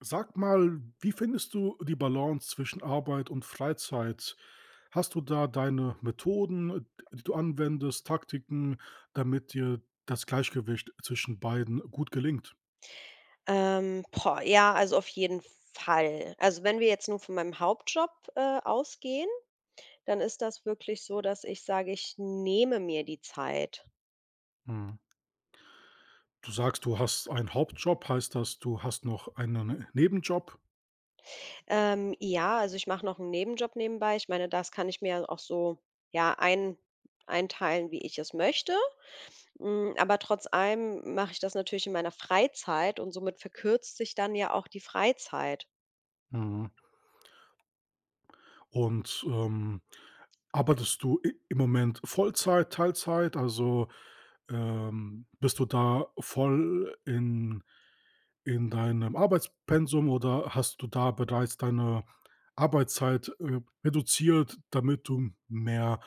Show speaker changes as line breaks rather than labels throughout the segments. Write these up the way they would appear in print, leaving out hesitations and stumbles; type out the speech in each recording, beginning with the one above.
Sag mal, wie findest du die Balance zwischen Arbeit und Freizeit? Hast du da deine Methoden, die du anwendest, Taktiken, damit dir das Gleichgewicht zwischen beiden gut gelingt?
Boah, ja, also auf jeden Fall. Also, wenn wir jetzt nur von meinem Hauptjob, ausgehen, dann ist das wirklich so, dass ich sage, ich nehme mir die Zeit.
Mhm. Du sagst, du hast einen Hauptjob, heißt das, du hast noch einen Nebenjob?
Ja, also ich mache noch einen Nebenjob nebenbei. Ich meine, das kann ich mir auch so, ja, einteilen, wie ich es möchte. Aber trotz allem mache ich das natürlich in meiner Freizeit und somit verkürzt sich dann ja auch die Freizeit.
Mhm. Und arbeitest du i im Moment Vollzeit, Teilzeit? Also, bist du da voll in deinem Arbeitspensum oder hast du da bereits deine Arbeitszeit, reduziert, damit du mehr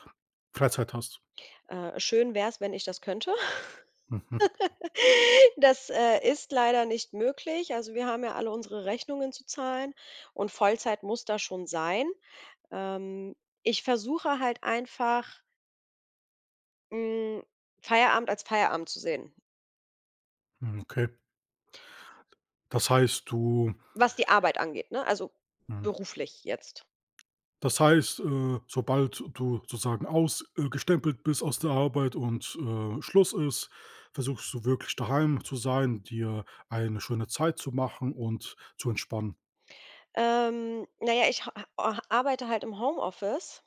Freizeit hast?
Schön wäre es, wenn ich das könnte.
Mhm,
Das, ist leider nicht möglich. Also, wir haben ja alle unsere Rechnungen zu zahlen und Vollzeit muss da schon sein. Ähm, ich versuche halt einfach, hm, Feierabend als Feierabend zu sehen,
mhm, okay. Das heißt, du
was die Arbeit angeht, ne? Also,
hm
beruflich jetzt.
das heißt, sobald du sozusagen ausgestempelt bist aus der Arbeit und, Schluss ist, versuchst du wirklich daheim zu sein, dir eine schöne Zeit zu machen und zu entspannen.
Na ja, ich ha ha arbeite halt im Homeoffice,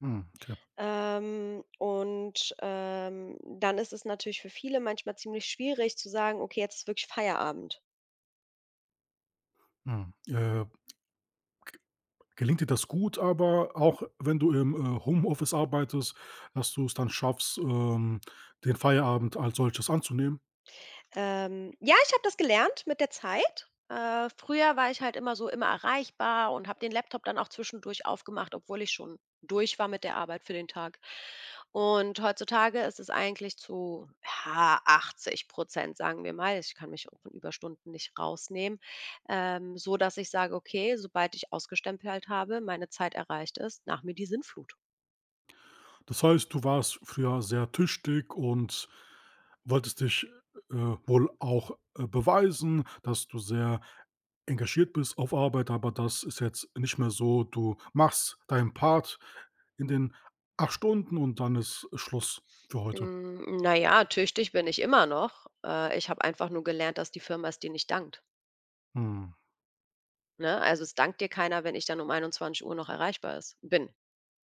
Mhm, okay.
und, dann ist es natürlich für viele manchmal ziemlich schwierig zu sagen: „Okay, jetzt ist wirklich Feierabend."
Mhm. Gelingt dir das gut, aber auch wenn du im, Homeoffice arbeitest, dass du es dann schaffst, den Feierabend als solches anzunehmen?
Ja, ich habe das gelernt mit der Zeit. Früher war ich halt immer so immer erreichbar und habe den Laptop dann auch zwischendurch aufgemacht, obwohl ich schon durch war mit der Arbeit für den Tag. Und heutzutage ist es eigentlich zu ja, 80%, sagen wir mal. Ich kann mich auch von Überstunden nicht rausnehmen, so dass ich sage, okay, sobald ich ausgestempelt habe, meine Zeit erreicht ist, nach mir die Sinnflut.
Das heißt, du warst früher sehr tüchtig und wolltest dich, äh, wohl auch, beweisen, dass du sehr engagiert bist auf Arbeit, aber das ist jetzt nicht mehr so. Du machst deinen Part in den 8 Stunden und dann ist Schluss für heute.
Mm, naja, tüchtig bin ich immer noch. Ich habe einfach nur gelernt, dass die Firma es dir nicht dankt.
Mhm.
Ne? Also, es dankt dir keiner, wenn ich dann um 21 Uhr noch erreichbar ist bin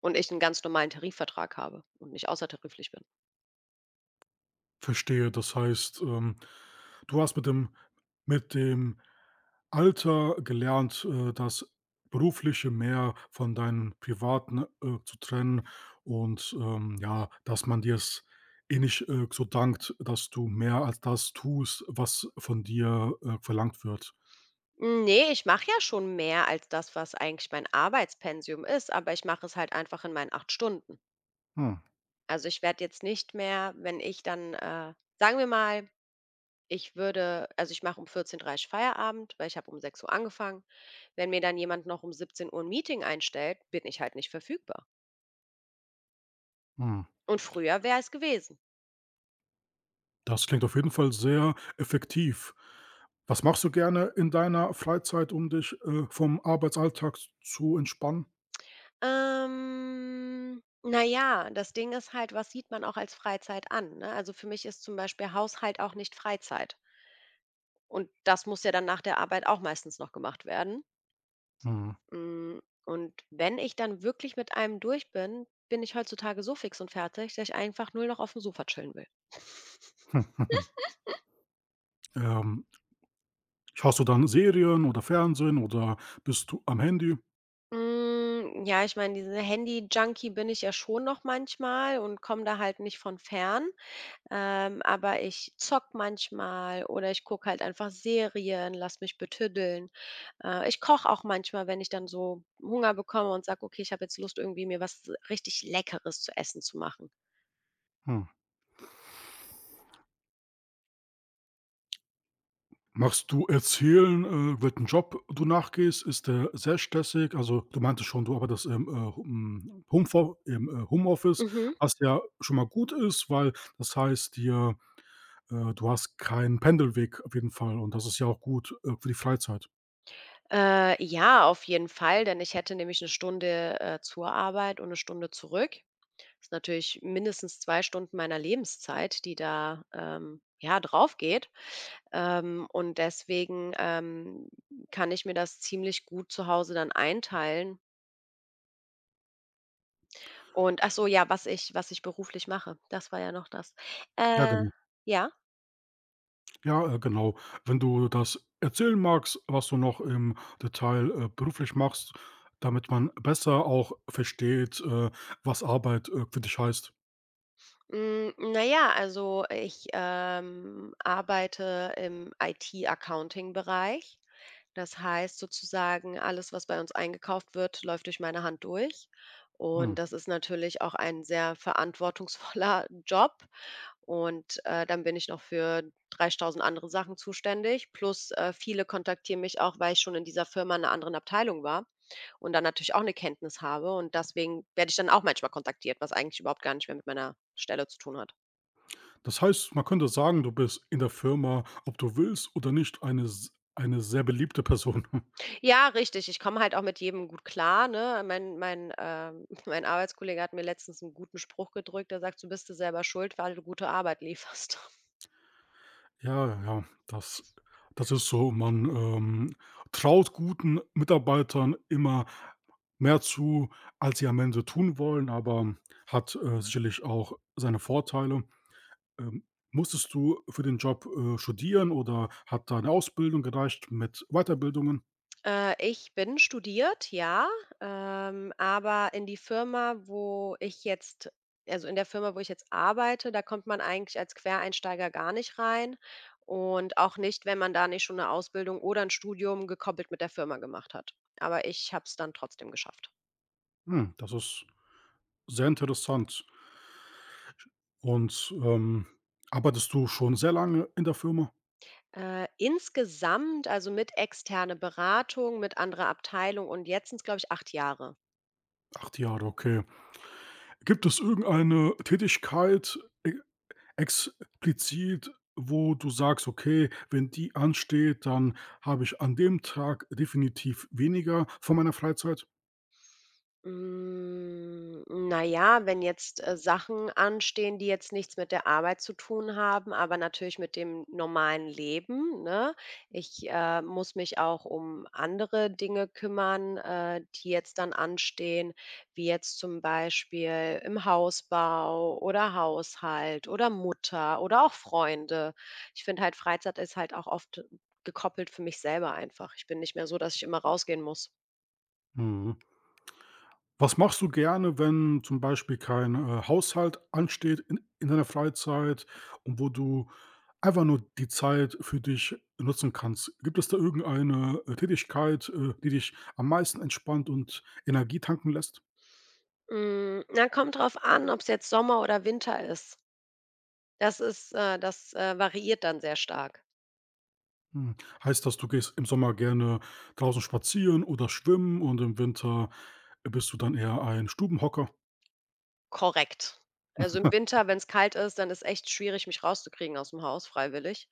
und ich einen ganz normalen Tarifvertrag habe und nicht außertariflich bin.
Verstehe. Das heißt, du hast mit dem Alter gelernt, das Berufliche mehr von deinem Privaten, zu trennen und, ja, dass man dir es eh nicht, so dankt, dass du mehr als das tust, was von dir, verlangt wird.
Ne, ich mache ja schon mehr als das, was eigentlich mein Arbeitspensum ist, aber ich mache es halt einfach in meinen 8 Stunden.
Hm,
Also, ich werde jetzt nicht mehr, wenn ich dann, sagen wir mal, ich mache um 14:30 Feierabend, weil ich habe um 6 Uhr angefangen. Wenn mir dann jemand noch um 17 Uhr ein Meeting einstellt, bin ich halt nicht verfügbar
hm.
und früher wäre es gewesen.
Das klingt auf jeden Fall sehr effektiv. Was machst du gerne in deiner Freizeit, um dich, vom Arbeitsalltag zu entspannen?
Na ja, das Ding ist halt, was sieht man auch als Freizeit an, ne? Also, für mich ist zum Beispiel Haushalt auch nicht Freizeit und das muss ja dann nach der Arbeit auch meistens noch gemacht werden.
Mhm.
Und wenn ich dann wirklich mit einem durch bin, bin ich heutzutage so fix und fertig, dass ich einfach nur noch auf dem Sofa chillen will.
Hm. Ähm, Schaust du dann Serien oder Fernsehen oder bist du am Handy?
Ja, ich meine, diese Handy-Junkie bin ich ja schon noch manchmal und komme da halt nicht von fern. Aber ich zock manchmal oder ich gucke halt einfach Serien, lass mich betüddeln. Ich koche auch manchmal, wenn ich dann so Hunger bekomme und sage: „Okay, ich habe jetzt Lust, irgendwie mir was richtig Leckeres zu essen zu machen."
Hm. Machst du Erzählen, welchen Job du nachgehst? Ist der sehr stressig? Also, du meintest schon, du arbeitest im, Homeoffice,
Mhm.
was ja schon mal gut ist, weil das heißt dir, du hast keinen Pendelweg auf jeden Fall und das ist ja auch gut, für die Freizeit.
Ja, auf jeden Fall, denn ich hätte nämlich 1 Stunde, zur Arbeit und 1 Stunde zurück. Ist natürlich mindestens 2 Stunden meiner Lebenszeit, die da, ja, draufgeht. Und deswegen, kann ich mir das ziemlich gut zu Hause dann einteilen. Und ach so, ja, was ich beruflich mache, das war ja noch das.
Ja,
Äh,
genau.
ja?
Ja, genau. Wenn du das erzählen magst, was du noch im Detail, beruflich machst, damit man besser auch versteht, was Arbeit, für dich heißt.
Na ja, also ich, arbeite im IT-Accounting-Bereich. Das heißt sozusagen, alles, was bei uns eingekauft wird, läuft durch meine Hand durch.
Hm.
Und das ist natürlich auch ein sehr verantwortungsvoller Job. Und, dann bin ich noch für 3000 andere Sachen zuständig plus, viele kontaktieren mich auch, weil ich schon in dieser Firma in einer anderen Abteilung war und dann natürlich auch eine Kenntnis habe und deswegen werde ich dann auch manchmal kontaktiert, was eigentlich überhaupt gar nicht mehr mit meiner Stelle zu tun hat.
Das heißt, man könnte sagen, du bist in der Firma, ob du willst oder nicht, eine sehr beliebte Person.
Ja, richtig. Ich komme halt auch mit jedem gut klar, ne? Mein Arbeitskollege hat mir letztens einen guten Spruch gedrückt. Der sagt: „Du bist du selber schuld, weil du gute Arbeit lieferst."
Ja, ja, das ist so. Man, traut guten Mitarbeitern immer mehr zu, als sie am Ende tun wollen, aber hat, sicherlich auch seine Vorteile. Musstest du für den Job, studieren oder hat da 'ne Ausbildung gereicht mit Weiterbildungen?
Ich bin studiert, ja, aber in die Firma, wo ich jetzt also in der Firma, wo ich jetzt arbeite, da kommt man eigentlich als Quereinsteiger gar nicht rein und auch nicht, wenn man da nicht schon eine Ausbildung oder ein Studium gekoppelt mit der Firma gemacht hat. Aber ich habe es dann trotzdem geschafft.
Hm, das ist sehr interessant. Und, arbeitest du schon sehr lange in der Firma?
Insgesamt, also mit externe Beratung, mit anderer Abteilung und jetzt sind es glaube ich, 8 Jahre.
8 Jahre, okay. Gibt es irgendeine Tätigkeit e explizit, wo du sagst: „Okay, wenn die ansteht, dann habe ich an dem Tag definitiv weniger von meiner Freizeit?“
Na ja, wenn jetzt, Sachen anstehen, die jetzt nichts mit der Arbeit zu tun haben, aber natürlich mit dem normalen Leben, ne? Ich, muss mich auch um andere Dinge kümmern, die jetzt dann anstehen, wie jetzt zum Beispiel im Hausbau oder Haushalt oder Mutter oder auch Freunde. Ich finde halt, Freizeit ist halt auch oft gekoppelt für mich selber einfach. Ich bin nicht mehr so, dass ich immer rausgehen muss.
Mhm. Was machst du gerne, wenn zum Beispiel kein, Haushalt ansteht in deiner Freizeit und wo du einfach nur die Zeit für dich nutzen kannst? Gibt es da irgendeine, Tätigkeit, die dich am meisten entspannt und Energie tanken lässt?
Na, kommt drauf an, ob es jetzt Sommer oder Winter ist. Das variiert dann sehr stark.
Hm, heißt das, du gehst im Sommer gerne draußen spazieren oder schwimmen und im Winter bist du dann eher ein Stubenhocker?
Korrekt. Also, im Winter, wenn es kalt ist, dann ist echt schwierig, mich rauszukriegen aus dem Haus freiwillig.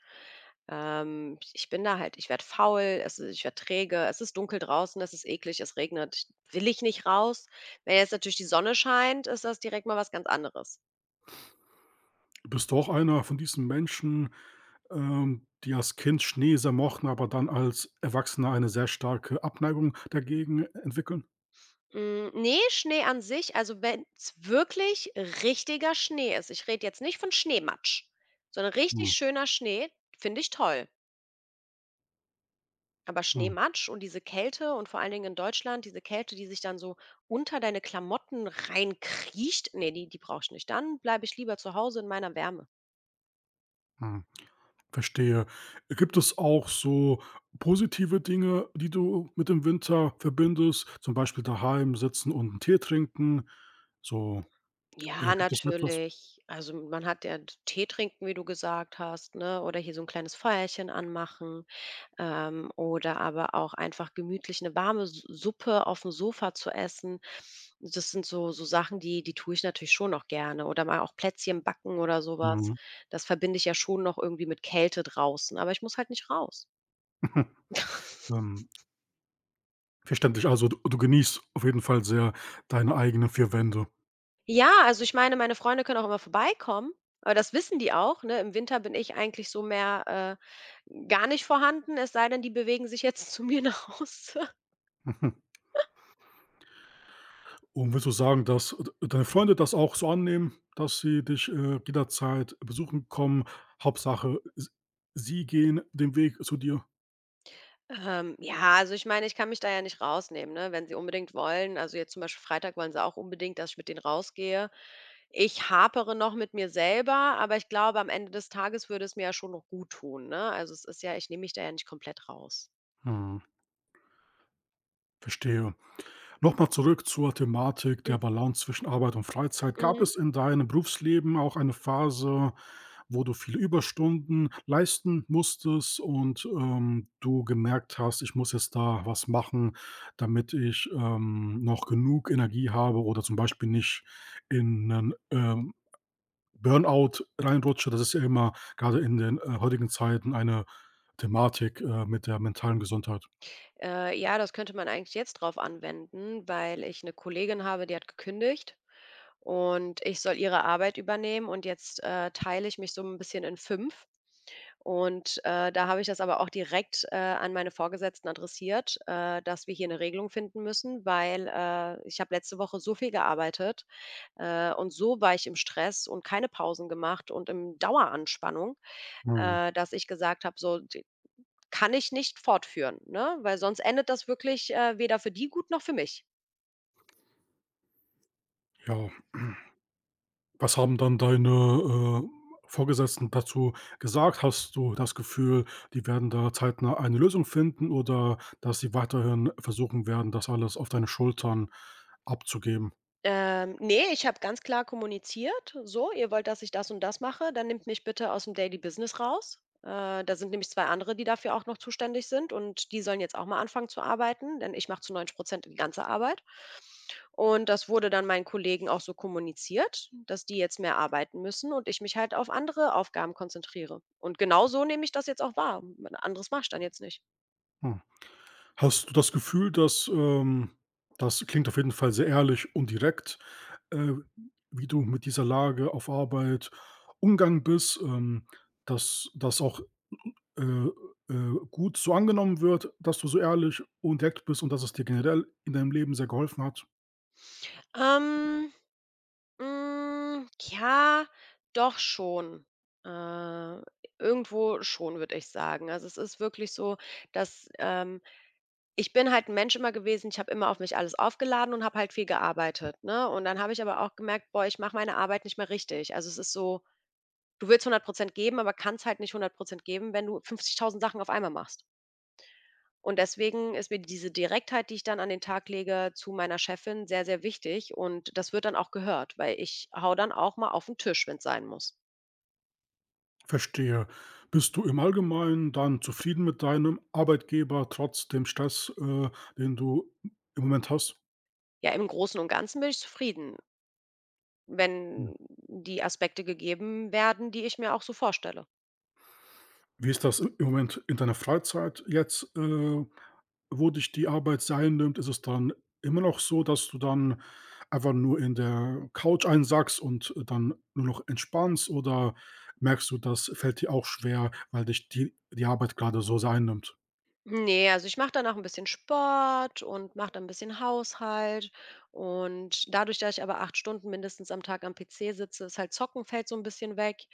Ich bin da halt ich werde faul, ich werde träge, es ist dunkel draußen, es ist eklig, es regnet, will ich nicht raus. Wenn jetzt natürlich die Sonne scheint, ist das direkt mal was ganz anderes.
Du bist auch einer von diesen Menschen, die als Kind Schnee sehr mochten, aber dann als Erwachsener eine sehr starke Abneigung dagegen entwickeln?
Ne, Schnee an sich also wenn's wirklich richtiger Schnee ist. Ich rede jetzt nicht von Schneematsch, sondern richtig
Mhm,
schöner Schnee, finde ich toll. Aber
mhm,
Schneematsch und diese Kälte und vor allen Dingen in Deutschland, diese Kälte, die sich dann so unter deine Klamotten reinkriecht, nee, die brauche ich nicht. Dann bleibe ich lieber zu Hause in meiner Wärme.
mhm, verstehe. Gibt es auch so positive Dinge, die du mit dem Winter verbindest, zum Beispiel daheim sitzen und 'n Tee trinken? So,
Ja,
gibt es etwas?
natürlich. Also, man hat ja Tee trinken, wie du gesagt hast, ne, oder hier so ein kleines Feuerchen anmachen. Oder aber auch einfach gemütlich eine warme Su Suppe auf dem Sofa zu essen. Das sind so so Sachen, die tue ich natürlich schon noch gerne oder mal auch Plätzchen backen oder sowas.
Mhm.
Das verbinde ich ja schon noch irgendwie mit Kälte draußen, aber ich muss halt nicht raus.
Ähm, verständlich. Also, du genießt auf jeden Fall sehr deine eigenen 4 Wände.
Ja, also, ich meine, meine Freunde können auch immer vorbeikommen, aber das wissen die auch, ne? Im Winter bin ich eigentlich so mehr, gar nicht vorhanden, es sei denn, die bewegen sich jetzt zu mir nach Hause.
Und willst du sagen, dass deine Freunde das auch so annehmen, dass sie dich, jederzeit besuchen kommen? Hauptsache, s sie gehen den Weg zu dir?
Ja, also ich meine, ich kann mich da ja nicht rausnehmen, ne? Wenn sie unbedingt wollen, also jetzt zum Beispiel Freitag wollen sie auch unbedingt, dass ich mit denen rausgehe. Ich hapere noch mit mir selber, aber ich glaube, am Ende des Tages würde es mir ja schon noch gut tun, ne? Also es ist ja, ich nehme mich da ja nicht komplett raus.
Mhm, verstehe. Nochmal zurück zur Thematik der
Mhm.
Balance zwischen Arbeit und Freizeit. Gab
Mhm.
es in deinem Berufsleben auch eine Phase, wo du viele Überstunden leisten musstest und, du gemerkt hast: „Ich muss jetzt da was machen, damit ich, noch genug Energie habe oder zum Beispiel nicht in einen Burnout reinrutsche?“ Das ist ja immer gerade in den, heutigen Zeiten eine Thematik, mit der mentalen Gesundheit.
Ja, das könnte man eigentlich jetzt drauf anwenden, weil ich eine Kollegin habe, die hat gekündigt und ich soll ihre Arbeit übernehmen und jetzt, teile ich mich so ein bisschen in 5. Und, da habe ich das aber auch direkt, an meine Vorgesetzten adressiert, dass wir hier eine Regelung finden müssen, weil, ich habe letzte Woche so viel gearbeitet, und so war ich im Stress und keine Pausen gemacht und im Daueranspannung,
Mhm,
dass ich gesagt habe: „So, d kann ich nicht fortführen, ne?" Weil sonst endet das wirklich, weder für die gut noch für mich.
ja. Was haben dann deine, Vorgesetzten dazu gesagt? Hast du das Gefühl, die werden da zeitnah eine Lösung finden oder dass sie weiterhin versuchen werden, das alles auf deine Schultern abzugeben?
Ne, ich habe ganz klar kommuniziert: „So, ihr wollt, dass ich das und das mache, dann nehmt mich bitte aus dem Daily Business raus." Da sind nämlich 2 andere, die dafür auch noch zuständig sind und die sollen jetzt auch mal anfangen zu arbeiten, denn ich mache zu 90% die ganze Arbeit. Und das wurde dann meinen Kollegen auch so kommuniziert, dass die jetzt mehr arbeiten müssen und ich mich halt auf andere Aufgaben konzentriere. Und genau so nehme ich das jetzt auch wahr. Anderes mache ich dann jetzt nicht.
Hm. Hast du das Gefühl, dass, das klingt auf jeden Fall sehr ehrlich und direkt, äh, wie du mit dieser Lage auf Arbeit umgegangen bist, dass das auch Äh, gut so angenommen wird, dass du so ehrlich und direkt bist und dass es dir generell in deinem Leben sehr geholfen hat.
Ähm ja, doch schon. Äh, irgendwo schon, würde ich sagen. Also, es ist wirklich so, dass, ich bin halt 'n Mensch immer gewesen, ich habe immer auf mich alles aufgeladen und habe halt viel gearbeitet, ne? Und dann habe ich aber auch gemerkt: „Boah, ich mache meine Arbeit nicht mehr richtig." Also, es ist so, du willst 100% geben, aber kannst halt nicht 100% geben, wenn du 50.000 Sachen auf einmal machst. Und deswegen ist mir diese Direktheit, die ich dann an den Tag lege zu meiner Chefin, sehr, sehr wichtig und das wird dann auch gehört, weil ich hau dann auch mal auf den Tisch, wenn es sein muss.
Verstehe. Bist du im Allgemeinen dann zufrieden mit deinem Arbeitgeber trotz dem Stress, den du im Moment hast?
Ja, im Großen und Ganzen bin ich zufrieden,
Hm.
wenn die Aspekte gegeben werden, die ich mir auch so vorstelle.
Wie ist das i im Moment in deiner Freizeit jetzt, wo dich die Arbeit sein nimmt, ist es dann immer noch so, dass du dann einfach nur in der Couch einsackst und dann nur noch entspannst oder merkst du, das fällt dir auch schwer, weil dich die Arbeit gerade so sehr einnimmt?
Ne, also ich mache danach ein bisschen Sport und mache dann ein bisschen Haushalt und dadurch, dass ich aber 8 Stunden mindestens am Tag am PC sitze, ist halt Zocken fällt so ein bisschen weg.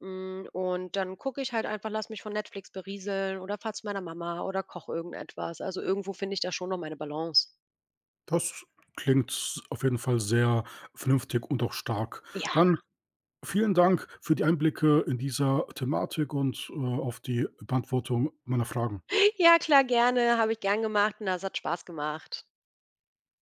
Und dann gucke ich halt einfach lass mich von Netflix berieseln oder fahr zu meiner Mama oder koche irgendetwas. Also, irgendwo finde ich da schon noch meine Balance.
Das klingt s auf jeden Fall sehr vernünftig und auch stark.
Ja.
Dann vielen Dank für die Einblicke in dieser Thematik und, auf die Beantwortung meiner Fragen.
Ja, klar, gerne, habe ich gern gemacht und das hat Spaß gemacht.